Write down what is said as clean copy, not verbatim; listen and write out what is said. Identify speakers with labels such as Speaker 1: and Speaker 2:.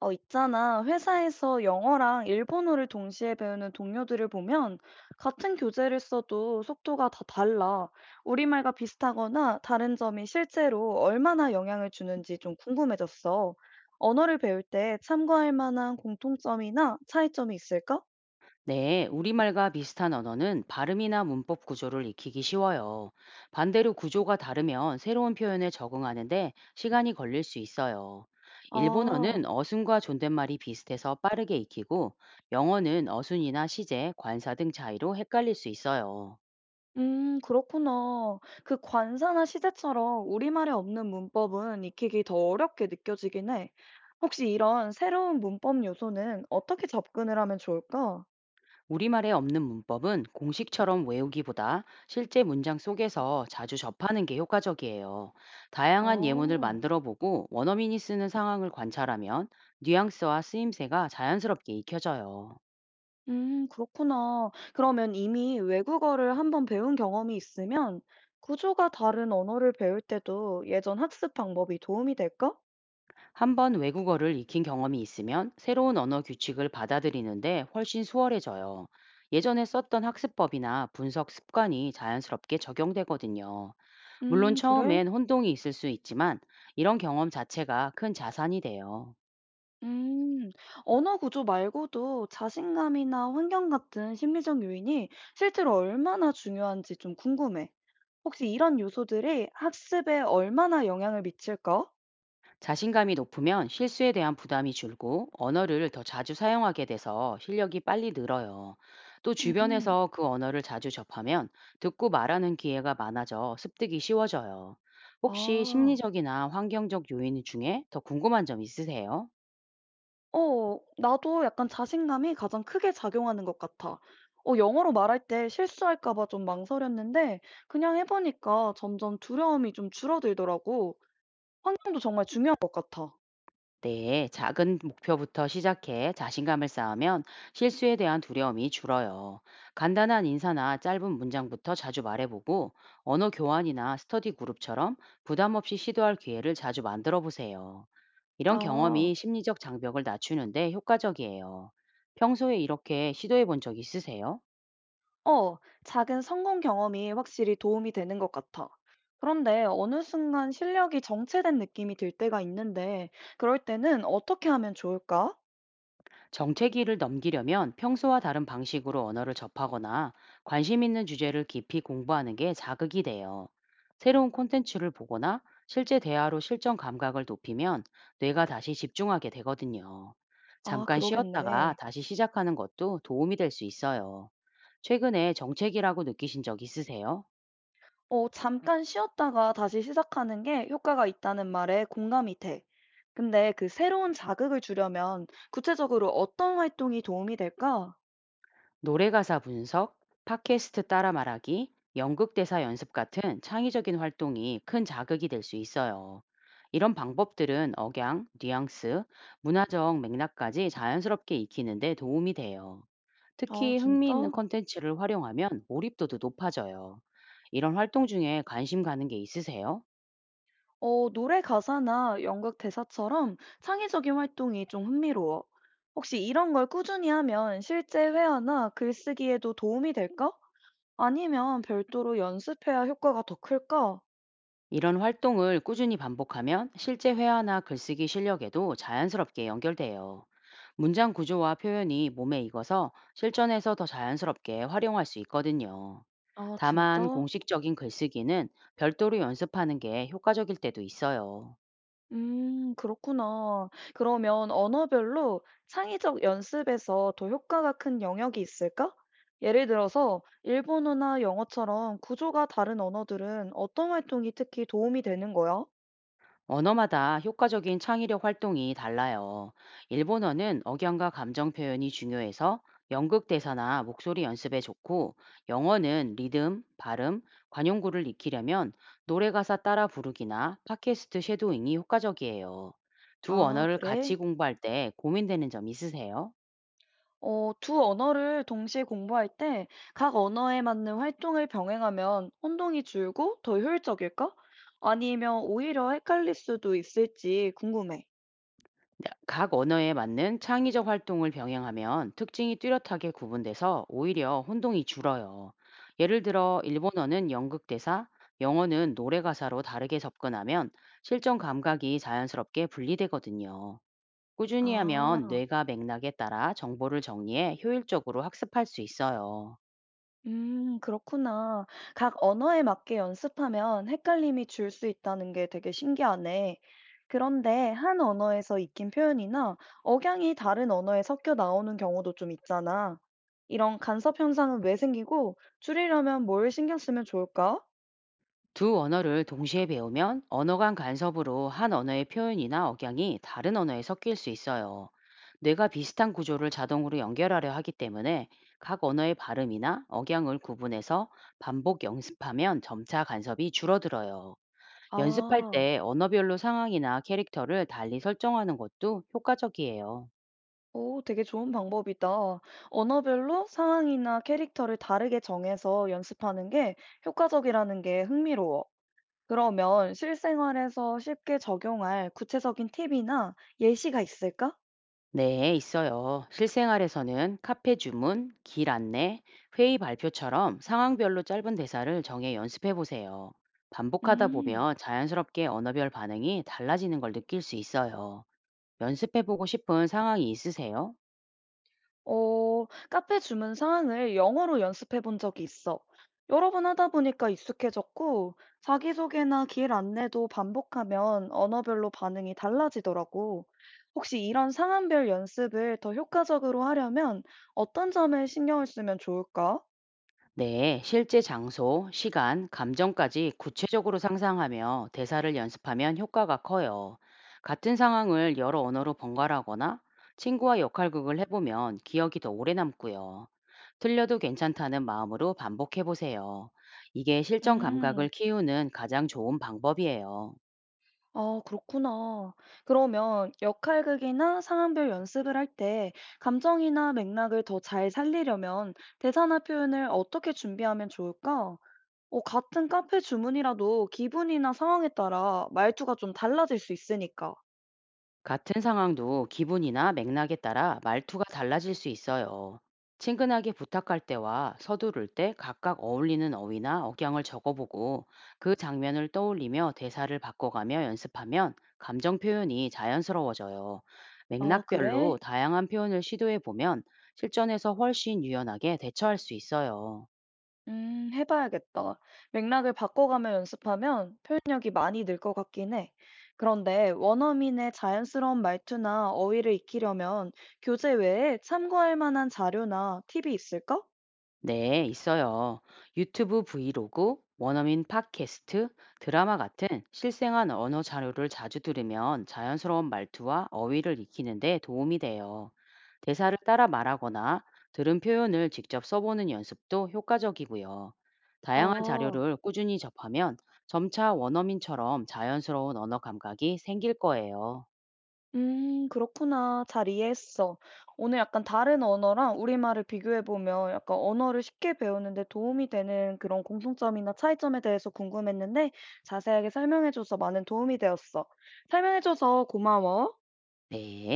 Speaker 1: 있잖아. 회사에서 영어랑 일본어를 동시에 배우는 동료들을 보면 같은 교재를 써도 속도가 다 달라. 우리말과 비슷하거나 다른 점이 실제로 얼마나 영향을 주는지 좀 궁금해졌어. 언어를 배울 때 참고할 만한 공통점이나 차이점이 있을까?
Speaker 2: 네, 우리말과 비슷한 언어는 발음이나 문법 구조를 익히기 쉬워요. 반대로 구조가 다르면 새로운 표현에 적응하는데 시간이 걸릴 수 있어요.
Speaker 1: 아.
Speaker 2: 일본어는 어순과 존댓말이 비슷해서 빠르게 익히고, 영어는 어순이나 시제, 관사 등 차이로 헷갈릴 수 있어요.
Speaker 1: 그렇구나. 그 관사나 시제처럼 우리말에 없는 문법은 익히기 더 어렵게 느껴지긴 해. 혹시 이런 새로운 문법 요소는 어떻게 접근을 하면 좋을까?
Speaker 2: 우리말에 없는 문법은 공식처럼 외우기보다 실제 문장 속에서 자주 접하는 게 효과적이에요. 다양한 예문을
Speaker 1: 아,
Speaker 2: 만들어 보고 원어민이 쓰는 상황을 관찰하면 뉘앙스와 쓰임새가 자연스럽게 익혀져요.
Speaker 1: 그렇구나. 그러면 이미 외국어를 한번 배운 경험이 있으면 구조가 다른 언어를 배울 때도 예전 학습 방법이 도움이 될까?
Speaker 2: 한 번 외국어를 익힌 경험이 있으면 새로운 언어 규칙을 받아들이는데 훨씬 수월해져요. 예전에 썼던 학습법이나 분석 습관이 자연스럽게 적용되거든요. 물론
Speaker 1: 그래.
Speaker 2: 처음엔 혼동이 있을 수 있지만 이런 경험 자체가 큰 자산이 돼요.
Speaker 1: 음, 언어 구조 말고도 자신감이나 환경 같은 심리적 요인이 실제로 얼마나 중요한지 좀 궁금해. 혹시 이런 요소들이 학습에 얼마나 영향을 미칠까?
Speaker 2: 자신감이 높으면 실수에 대한 부담이 줄고 언어를 더 자주 사용하게 돼서 실력이 빨리 늘어요. 또
Speaker 1: 음,
Speaker 2: 주변에서 그 언어를 자주 접하면 듣고 말하는 기회가 많아져 습득이 쉬워져요. 혹시
Speaker 1: 아,
Speaker 2: 심리적이나 환경적 요인 중에 더 궁금한 점 있으세요?
Speaker 1: 나도 약간 자신감이 가장 크게 작용하는 것 같아. 영어로 말할 때 실수할까 봐 좀 망설였는데 그냥 해보니까 점점 두려움이 좀 줄어들더라고. 환경도 정말 중요한 것 같아.
Speaker 2: 네, 작은 목표부터 시작해 자신감을 쌓으면 실수에 대한 두려움이 줄어요. 간단한 인사나 짧은 문장부터 자주 말해보고 언어 교환이나 스터디 그룹처럼 부담 없이 시도할 기회를 자주 만들어 보세요. 이런
Speaker 1: 아.
Speaker 2: 경험이 심리적 장벽을 낮추는데 효과적이에요. 평소에 이렇게 시도해 본 적 있으세요?
Speaker 1: 어, 작은 성공 경험이 확실히 도움이 되는 것 같아. 그런데 어느 순간 실력이 정체된 느낌이 들 때가 있는데, 그럴 때는 어떻게 하면 좋을까?
Speaker 2: 정체기를 넘기려면 평소와 다른 방식으로 언어를 접하거나 관심 있는 주제를 깊이 공부하는 게 자극이 돼요. 새로운 콘텐츠를 보거나 실제 대화로 실전 감각을 높이면 뇌가 다시 집중하게 되거든요.
Speaker 1: 아,
Speaker 2: 잠깐 쉬었다가
Speaker 1: 그러겠네.
Speaker 2: 다시 시작하는 것도 도움이 될 수 있어요. 최근에 정체기라고 느끼신 적 있으세요?
Speaker 1: 잠깐 쉬었다가 다시 시작하는 게 효과가 있다는 말에 공감이 돼. 근데 그 새로운 자극을 주려면 구체적으로 어떤 활동이 도움이 될까?
Speaker 2: 노래 가사 분석, 팟캐스트 따라 말하기, 연극 대사 연습 같은 창의적인 활동이 큰 자극이 될 수 있어요. 이런 방법들은 억양, 뉘앙스, 문화적 맥락까지 자연스럽게 익히는데 도움이 돼요.
Speaker 1: 아,
Speaker 2: 특히 흥미있는
Speaker 1: 진짜?
Speaker 2: 콘텐츠를 활용하면 몰입도도 높아져요. 이런 활동 중에 관심 가는 게 있으세요?
Speaker 1: 노래 가사나 연극 대사처럼 창의적인 활동이 좀 흥미로워. 혹시 이런 걸 꾸준히 하면 실제 회화나 글쓰기에도 도움이 될까? 아니면 별도로 연습해야 효과가 더 클까?
Speaker 2: 이런 활동을 꾸준히 반복하면 실제 회화나 글쓰기 실력에도 자연스럽게 연결돼요. 문장 구조와 표현이 몸에 익어서 실전에서 더 자연스럽게 활용할 수 있거든요.
Speaker 1: 아,
Speaker 2: 다만
Speaker 1: 진짜?
Speaker 2: 공식적인 글쓰기는 별도로 연습하는 게 효과적일 때도 있어요.
Speaker 1: 그렇구나. 그러면 언어별로 창의적 연습에서 더 효과가 큰 영역이 있을까? 예를 들어서 일본어나 영어처럼 구조가 다른 언어들은 어떤 활동이 특히 도움이 되는 거야?
Speaker 2: 언어마다 효과적인 창의력 활동이 달라요. 일본어는 억양과 감정 표현이 중요해서 연극 대사나 목소리 연습에 좋고, 영어는 리듬, 발음, 관용구를 익히려면 노래 가사 따라 부르기나 팟캐스트 쉐도잉이 효과적이에요. 두
Speaker 1: 아,
Speaker 2: 언어를 같이
Speaker 1: 그래?
Speaker 2: 공부할 때 고민되는 점 있으세요?
Speaker 1: 두 언어를 동시에 공부할 때 각 언어에 맞는 활동을 병행하면 혼동이 줄고 더 효율적일까? 아니면 오히려 헷갈릴 수도 있을지 궁금해.
Speaker 2: 각 언어에 맞는 창의적 활동을 병행하면 특징이 뚜렷하게 구분돼서 오히려 혼동이 줄어요. 예를 들어 일본어는 연극 대사, 영어는 노래 가사로 다르게 접근하면 실전 감각이 자연스럽게 분리되거든요. 꾸준히 하면
Speaker 1: 아,
Speaker 2: 뇌가 맥락에 따라 정보를 정리해 효율적으로 학습할 수 있어요.
Speaker 1: 그렇구나. 각 언어에 맞게 연습하면 헷갈림이 줄 수 있다는 게 되게 신기하네. 그런데 한 언어에서 익힌 표현이나 억양이 다른 언어에 섞여 나오는 경우도 좀 있잖아. 이런 간섭 현상은 왜 생기고 줄이려면 뭘 신경 쓰면 좋을까?
Speaker 2: 두 언어를 동시에 배우면 언어 간 간섭으로 한 언어의 표현이나 억양이 다른 언어에 섞일 수 있어요. 뇌가 비슷한 구조를 자동으로 연결하려 하기 때문에 각 언어의 발음이나 억양을 구분해서 반복 연습하면 점차 간섭이 줄어들어요. 연습할
Speaker 1: 아.
Speaker 2: 때 언어별로 상황이나 캐릭터를 달리 설정하는 것도 효과적이에요.
Speaker 1: 오 되게 좋은 방법이다. 언어별로 상황이나 캐릭터를 다르게 정해서 연습하는 게 효과적이라는 게 흥미로워. 그러면 실생활에서 쉽게 적용할 구체적인 팁이나 예시가 있을까?
Speaker 2: 네, 있어요. 실생활에서는 카페 주문, 길 안내, 회의 발표처럼 상황별로 짧은 대사를 정해 연습해 보세요. 반복하다
Speaker 1: 음.
Speaker 2: 보면 자연스럽게 언어별 반응이 달라지는 걸 느낄 수 있어요. 연습해 보고 싶은 상황이 있으세요?
Speaker 1: 카페 주문 사항을 영어로 연습해 본 적이 있어. 여러 번 하다 보니까 익숙해졌고, 자기소개나 길 안내도 반복하면 언어별로 반응이 달라지더라고. 혹시 이런 상황별 연습을 더 효과적으로 하려면 어떤 점을 신경을 쓰면 좋을까?
Speaker 2: 네, 실제 장소, 시간, 감정까지 구체적으로 상상하며 대사를 연습하면 효과가 커요. 같은 상황을 여러 언어로 번갈아거나 친구와 역할극을 해보면 기억이 더 오래 남고요. 틀려도 괜찮다는 마음으로 반복해보세요. 이게 실전 감각을
Speaker 1: 음,
Speaker 2: 키우는 가장 좋은 방법이에요.
Speaker 1: 아, 그렇구나. 그러면 역할극이나 상황별 연습을 할 때 감정이나 맥락을 더 잘 살리려면 대사나 표현을 어떻게 준비하면 좋을까? 같은 카페 주문이라도 기분이나 상황에 따라 말투가 좀 달라질 수 있으니까.
Speaker 2: 같은 상황도 기분이나 맥락에 따라 말투가 달라질 수 있어요. 친근하게 부탁할 때와 서두를 때 각각 어울리는 어휘나 억양을 적어보고 그 장면을 떠올리며 대사를 바꿔가며 연습하면 감정 표현이 자연스러워져요.
Speaker 1: 아, 그래?
Speaker 2: 맥락별로 다양한 표현을 시도해보면 실전에서 훨씬 유연하게 대처할 수 있어요.
Speaker 1: 해봐야겠다. 맥락을 바꿔가며 연습하면 표현력이 많이 늘 것 같긴 해. 그런데 원어민의 자연스러운 말투나 어휘를 익히려면 교재 외에 참고할 만한 자료나 팁이 있을까?
Speaker 2: 네, 있어요. 유튜브 브이로그, 원어민 팟캐스트, 드라마 같은 실생활 언어 자료를 자주 들으면 자연스러운 말투와 어휘를 익히는데 도움이 돼요. 대사를 따라 말하거나 들은 표현을 직접 써보는 연습도 효과적이고요. 다양한
Speaker 1: 아.
Speaker 2: 자료를 꾸준히 접하면 점차 원어민처럼 자연스러운 언어 감각이 생길 거예요.
Speaker 1: 그렇구나. 잘 이해했어. 오늘 약간 다른 언어랑 우리말을 비교해 보면 약간 언어를 쉽게 배우는데 도움이 되는 그런 공통점이나 차이점에 대해서 궁금했는데 자세하게 설명해 줘서 많은 도움이 되었어. 설명해 줘서 고마워.
Speaker 2: 네.